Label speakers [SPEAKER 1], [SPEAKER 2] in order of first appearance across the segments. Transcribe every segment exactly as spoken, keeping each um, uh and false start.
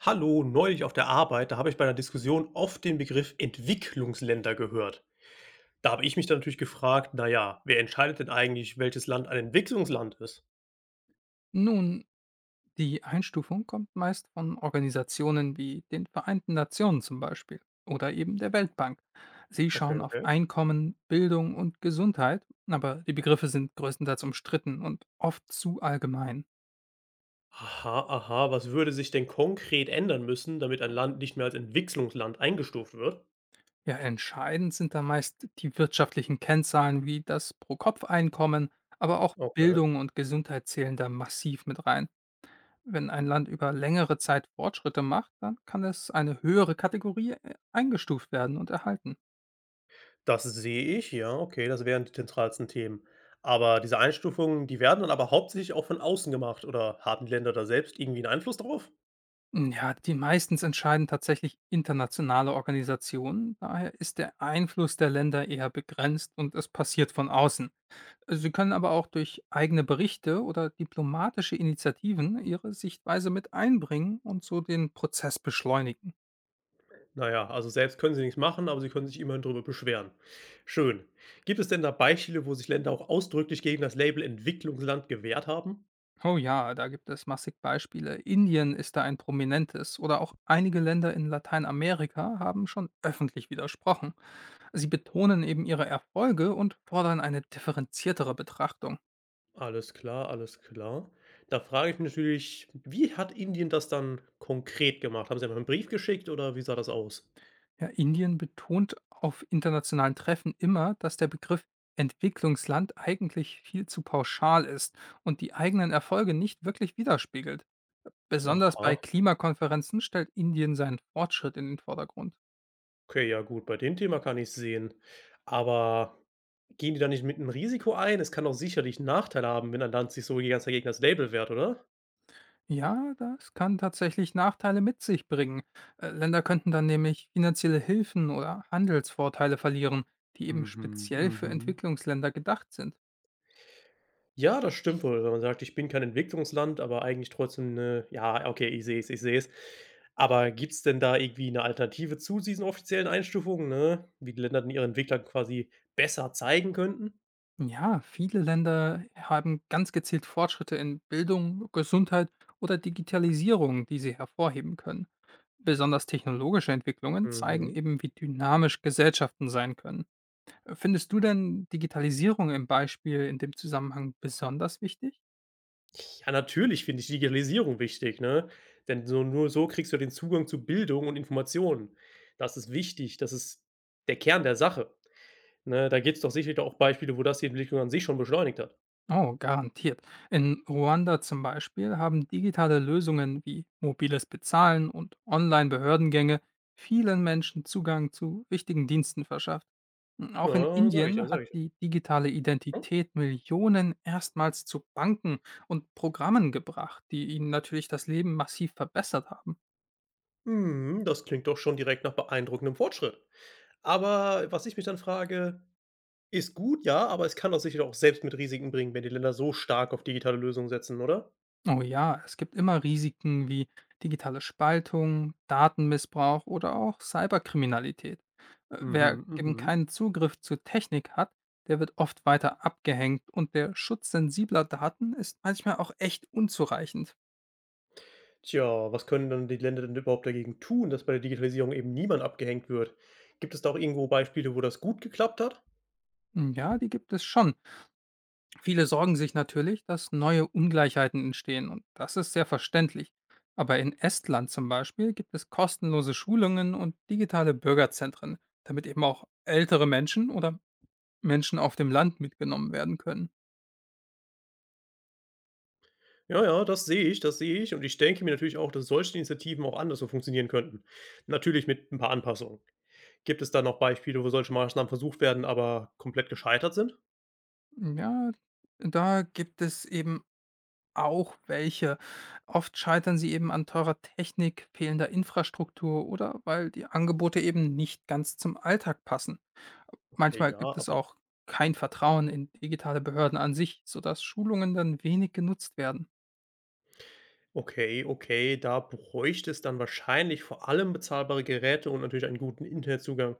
[SPEAKER 1] Hallo, neulich auf der Arbeit, da habe ich bei einer Diskussion oft den Begriff Entwicklungsländer gehört. Da habe ich mich dann natürlich gefragt, naja, wer entscheidet denn eigentlich, welches Land ein Entwicklungsland ist?
[SPEAKER 2] Nun, die Einstufung kommt meist von Organisationen wie den Vereinten Nationen zum Beispiel oder eben der Weltbank. Sie
[SPEAKER 1] Okay,
[SPEAKER 2] schauen auf
[SPEAKER 1] okay.
[SPEAKER 2] Einkommen, Bildung und Gesundheit, aber die Begriffe sind größtenteils umstritten und oft zu allgemein.
[SPEAKER 1] Aha, aha, was würde sich denn konkret ändern müssen, damit ein Land nicht mehr als Entwicklungsland eingestuft wird?
[SPEAKER 2] Ja, entscheidend sind da meist die wirtschaftlichen Kennzahlen wie das Pro-Kopf-Einkommen, aber auch
[SPEAKER 1] Okay.
[SPEAKER 2] Bildung und Gesundheit zählen da massiv mit rein. Wenn ein Land über längere Zeit Fortschritte macht, dann kann es eine höhere Kategorie äh, eingestuft werden und erhalten.
[SPEAKER 1] Das sehe ich, ja, okay, das wären die zentralsten Themen. Aber diese Einstufungen, die werden dann aber hauptsächlich auch von außen gemacht oder haben die Länder da selbst irgendwie einen Einfluss drauf?
[SPEAKER 2] Hm, ja, die meistens entscheiden tatsächlich internationale Organisationen. Daher ist der Einfluss der Länder eher begrenzt und es passiert von außen. Sie können aber auch durch eigene Berichte oder diplomatische Initiativen ihre Sichtweise mit einbringen und so den Prozess beschleunigen.
[SPEAKER 1] Na ja, also selbst können sie nichts machen, aber sie können sich immerhin darüber beschweren. Schön. Gibt es denn da Beispiele, wo sich Länder auch ausdrücklich gegen das Label Entwicklungsland gewehrt haben?
[SPEAKER 2] Oh ja, da gibt es massig Beispiele. Indien ist da ein prominentes oder auch einige Länder in Lateinamerika haben schon öffentlich widersprochen. Sie betonen eben ihre Erfolge und fordern eine differenziertere Betrachtung.
[SPEAKER 1] Alles klar, alles klar. Da frage ich mich natürlich, wie hat Indien das dann konkret gemacht? Haben sie einfach 'n Brief geschickt oder wie sah das aus?
[SPEAKER 2] Ja, Indien betont auf internationalen Treffen immer, dass der Begriff Entwicklungsland eigentlich viel zu pauschal ist und die eigenen Erfolge nicht wirklich widerspiegelt. Besonders bei
[SPEAKER 1] Aha,
[SPEAKER 2] Klimakonferenzen stellt Indien seinen Fortschritt in den Vordergrund.
[SPEAKER 1] okay, ja gut, bei dem Thema kann ich sehen. Aber gehen die da nicht mit einem Risiko ein? Es kann doch sicherlich Nachteile haben, wenn ein Land sich so die ganze Zeit gegen das Label wehrt, oder?
[SPEAKER 2] Ja, das kann tatsächlich Nachteile mit sich bringen. Äh, Länder könnten dann nämlich finanzielle Hilfen oder Handelsvorteile verlieren, die eben
[SPEAKER 1] Mhm,
[SPEAKER 2] speziell für
[SPEAKER 1] mhm.
[SPEAKER 2] Entwicklungsländer gedacht sind.
[SPEAKER 1] Ja, das stimmt wohl, wenn man sagt: „Ich bin kein Entwicklungsland, aber eigentlich trotzdem 'ne“, ja, okay, ich sehe es, ich sehe es. Aber gibt's denn da irgendwie 'ne Alternative zu diesen offiziellen Einstufungen, ne, wie die Länder denn ihre Entwickler quasi besser zeigen könnten?
[SPEAKER 2] Ja, viele Länder haben ganz gezielt Fortschritte in Bildung, Gesundheit oder Digitalisierung, die sie hervorheben können. Besonders technologische Entwicklungen zeigen
[SPEAKER 1] Mhm.
[SPEAKER 2] eben, wie dynamisch Gesellschaften sein können. Findest du denn Digitalisierung im Beispiel in dem Zusammenhang besonders wichtig?
[SPEAKER 1] Ja, natürlich finde ich Digitalisierung wichtig, ne? Denn so nur so kriegst du den Zugang zu Bildung und Informationen. Das ist wichtig, das ist der Kern der Sache, ne? Da gibt's doch sicherlich auch Beispiele, wo das die Entwicklung an sich schon beschleunigt hat.
[SPEAKER 2] Oh, garantiert. In Ruanda zum Beispiel haben digitale Lösungen wie mobiles Bezahlen und Online-Behördengänge vielen Menschen Zugang zu wichtigen Diensten verschafft. Auch in
[SPEAKER 1] Ja, sage ich ja,
[SPEAKER 2] Indien hat
[SPEAKER 1] sage ich ja,
[SPEAKER 2] die digitale
[SPEAKER 1] ne?
[SPEAKER 2] Identität Millionen erstmals zu Banken und Programmen gebracht, die ihnen natürlich das Leben massiv verbessert haben.
[SPEAKER 1] Mhm, das klingt doch schon direkt nach beeindruckendem Fortschritt. Aber was ich mich dann frage, ist gut, ja, aber es kann doch sicher auch selbst mit Risiken bringen, wenn die Länder so stark auf digitale Lösungen setzen, oder?
[SPEAKER 2] Oh ja, es gibt immer Risiken wie digitale Spaltung, Datenmissbrauch oder auch Cyberkriminalität. Äh, Wer
[SPEAKER 1] Mhm,
[SPEAKER 2] eben
[SPEAKER 1] mhm.
[SPEAKER 2] keinen Zugriff zu Technik hat, der wird oft weiter abgehängt und der Schutz sensibler Daten ist manchmal auch echt unzureichend.
[SPEAKER 1] Tja, was können dann die Länder denn überhaupt dagegen tun, dass bei der Digitalisierung eben niemand abgehängt wird? Gibt es da auch irgendwo Beispiele, wo das gut geklappt hat?
[SPEAKER 2] Ja, die gibt es schon. Viele sorgen sich natürlich, dass neue Ungleichheiten entstehen und das ist sehr verständlich. Aber in Estland zum Beispiel gibt es kostenlose Schulungen und digitale Bürgerzentren, damit eben auch ältere Menschen oder Menschen auf dem Land mitgenommen werden können.
[SPEAKER 1] Ja, ja, das sehe ich, das sehe ich. Und ich denke mir natürlich auch, dass solche Initiativen auch anders so funktionieren könnten. Natürlich mit ein paar Anpassungen. Gibt es da noch Beispiele, wo solche Maßnahmen versucht werden, aber komplett gescheitert sind?
[SPEAKER 2] Ja, da gibt es eben auch welche. Oft scheitern sie eben an teurer Technik, fehlender Infrastruktur oder weil die Angebote eben nicht ganz zum Alltag passen.
[SPEAKER 1] Okay,
[SPEAKER 2] Manchmal
[SPEAKER 1] ja,
[SPEAKER 2] gibt es
[SPEAKER 1] aber
[SPEAKER 2] auch kein Vertrauen in digitale Behörden an sich, sodass Schulungen dann wenig genutzt werden.
[SPEAKER 1] okay, okay, da bräuchte es dann wahrscheinlich vor allem bezahlbare Geräte und natürlich einen guten Internetzugang.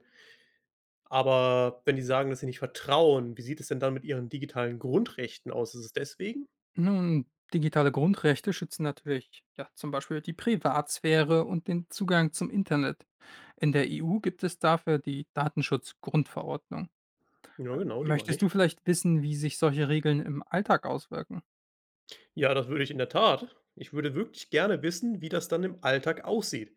[SPEAKER 1] Aber wenn die sagen, dass sie nicht vertrauen, wie sieht es denn dann mit ihren digitalen Grundrechten aus? Ist es deswegen?
[SPEAKER 2] Nun, digitale Grundrechte schützen natürlich, ja, zum Beispiel die Privatsphäre und den Zugang zum Internet. In der E U gibt es dafür die Datenschutzgrundverordnung.
[SPEAKER 1] Ja,
[SPEAKER 2] Ähm,
[SPEAKER 1] genau, die meine
[SPEAKER 2] Möchtest
[SPEAKER 1] ich.
[SPEAKER 2] du vielleicht wissen, wie sich solche Regeln im Alltag auswirken?
[SPEAKER 1] Ja, das würde ich in der Tat. Ich würde wirklich gerne wissen, wie das dann im Alltag aussieht.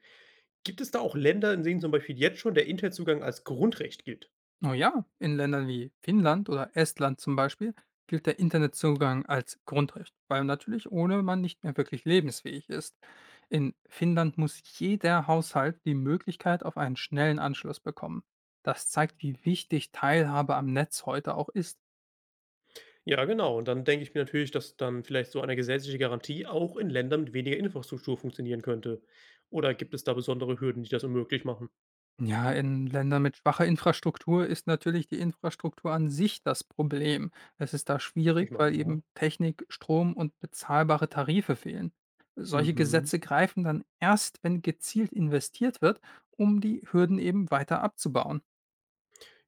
[SPEAKER 1] Gibt es da auch Länder, in denen zum Beispiel jetzt schon der Internetzugang als Grundrecht gilt?
[SPEAKER 2] Oh ja, in Ländern wie Finnland oder Estland zum Beispiel gilt der Internetzugang als Grundrecht, weil natürlich ohne man nicht mehr wirklich lebensfähig ist. In Finnland muss jeder Haushalt die Möglichkeit auf einen schnellen Anschluss bekommen. Das zeigt, wie wichtig Teilhabe am Netz heute auch ist.
[SPEAKER 1] Ja, genau. Und dann denke ich mir natürlich, dass dann vielleicht so eine gesetzliche Garantie auch in Ländern mit weniger Infrastruktur funktionieren könnte. Oder gibt es da besondere Hürden, die das unmöglich machen?
[SPEAKER 2] Ja, in Ländern mit schwacher Infrastruktur ist natürlich die Infrastruktur an sich das Problem. Es ist da
[SPEAKER 1] Ich
[SPEAKER 2] schwierig,
[SPEAKER 1] meine,
[SPEAKER 2] weil
[SPEAKER 1] ja.
[SPEAKER 2] eben Technik, Strom und bezahlbare Tarife fehlen. Solche
[SPEAKER 1] Mhm.
[SPEAKER 2] Gesetze greifen dann erst, wenn gezielt investiert wird, um die Hürden eben weiter abzubauen.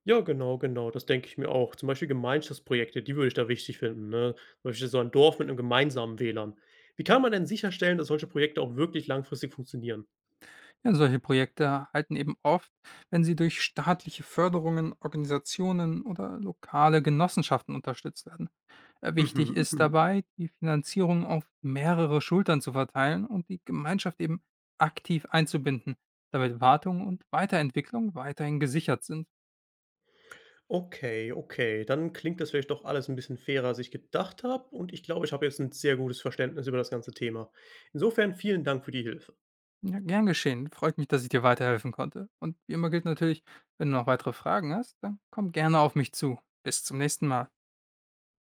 [SPEAKER 1] Ja, genau, genau. Das denke ich mir auch. Zum Beispiel Gemeinschaftsprojekte, die würde ich da wichtig finden. Ne? Zum Beispiel so ein Dorf mit einem gemeinsamen we lan. Wie kann man denn sicherstellen, dass solche Projekte auch wirklich langfristig funktionieren?
[SPEAKER 2] Ja, solche Projekte halten eben oft, wenn sie durch staatliche Förderungen, Organisationen oder lokale Genossenschaften unterstützt werden. Äh, Wichtig
[SPEAKER 1] Mhm,
[SPEAKER 2] ist
[SPEAKER 1] mhm.
[SPEAKER 2] dabei, die Finanzierung auf mehrere Schultern zu verteilen und die Gemeinschaft eben aktiv einzubinden, damit Wartung und Weiterentwicklung weiterhin gesichert sind.
[SPEAKER 1] Okay, okay, dann klingt das vielleicht doch alles ein bisschen fairer, als ich gedacht habe und ich glaube, ich habe jetzt ein sehr gutes Verständnis über das ganze Thema. Insofern vielen Dank für die Hilfe.
[SPEAKER 2] Ja, gern geschehen. Freut mich, dass ich dir weiterhelfen konnte. Und wie immer gilt natürlich, wenn du noch weitere Fragen hast, dann komm gerne auf mich zu. Bis zum nächsten Mal.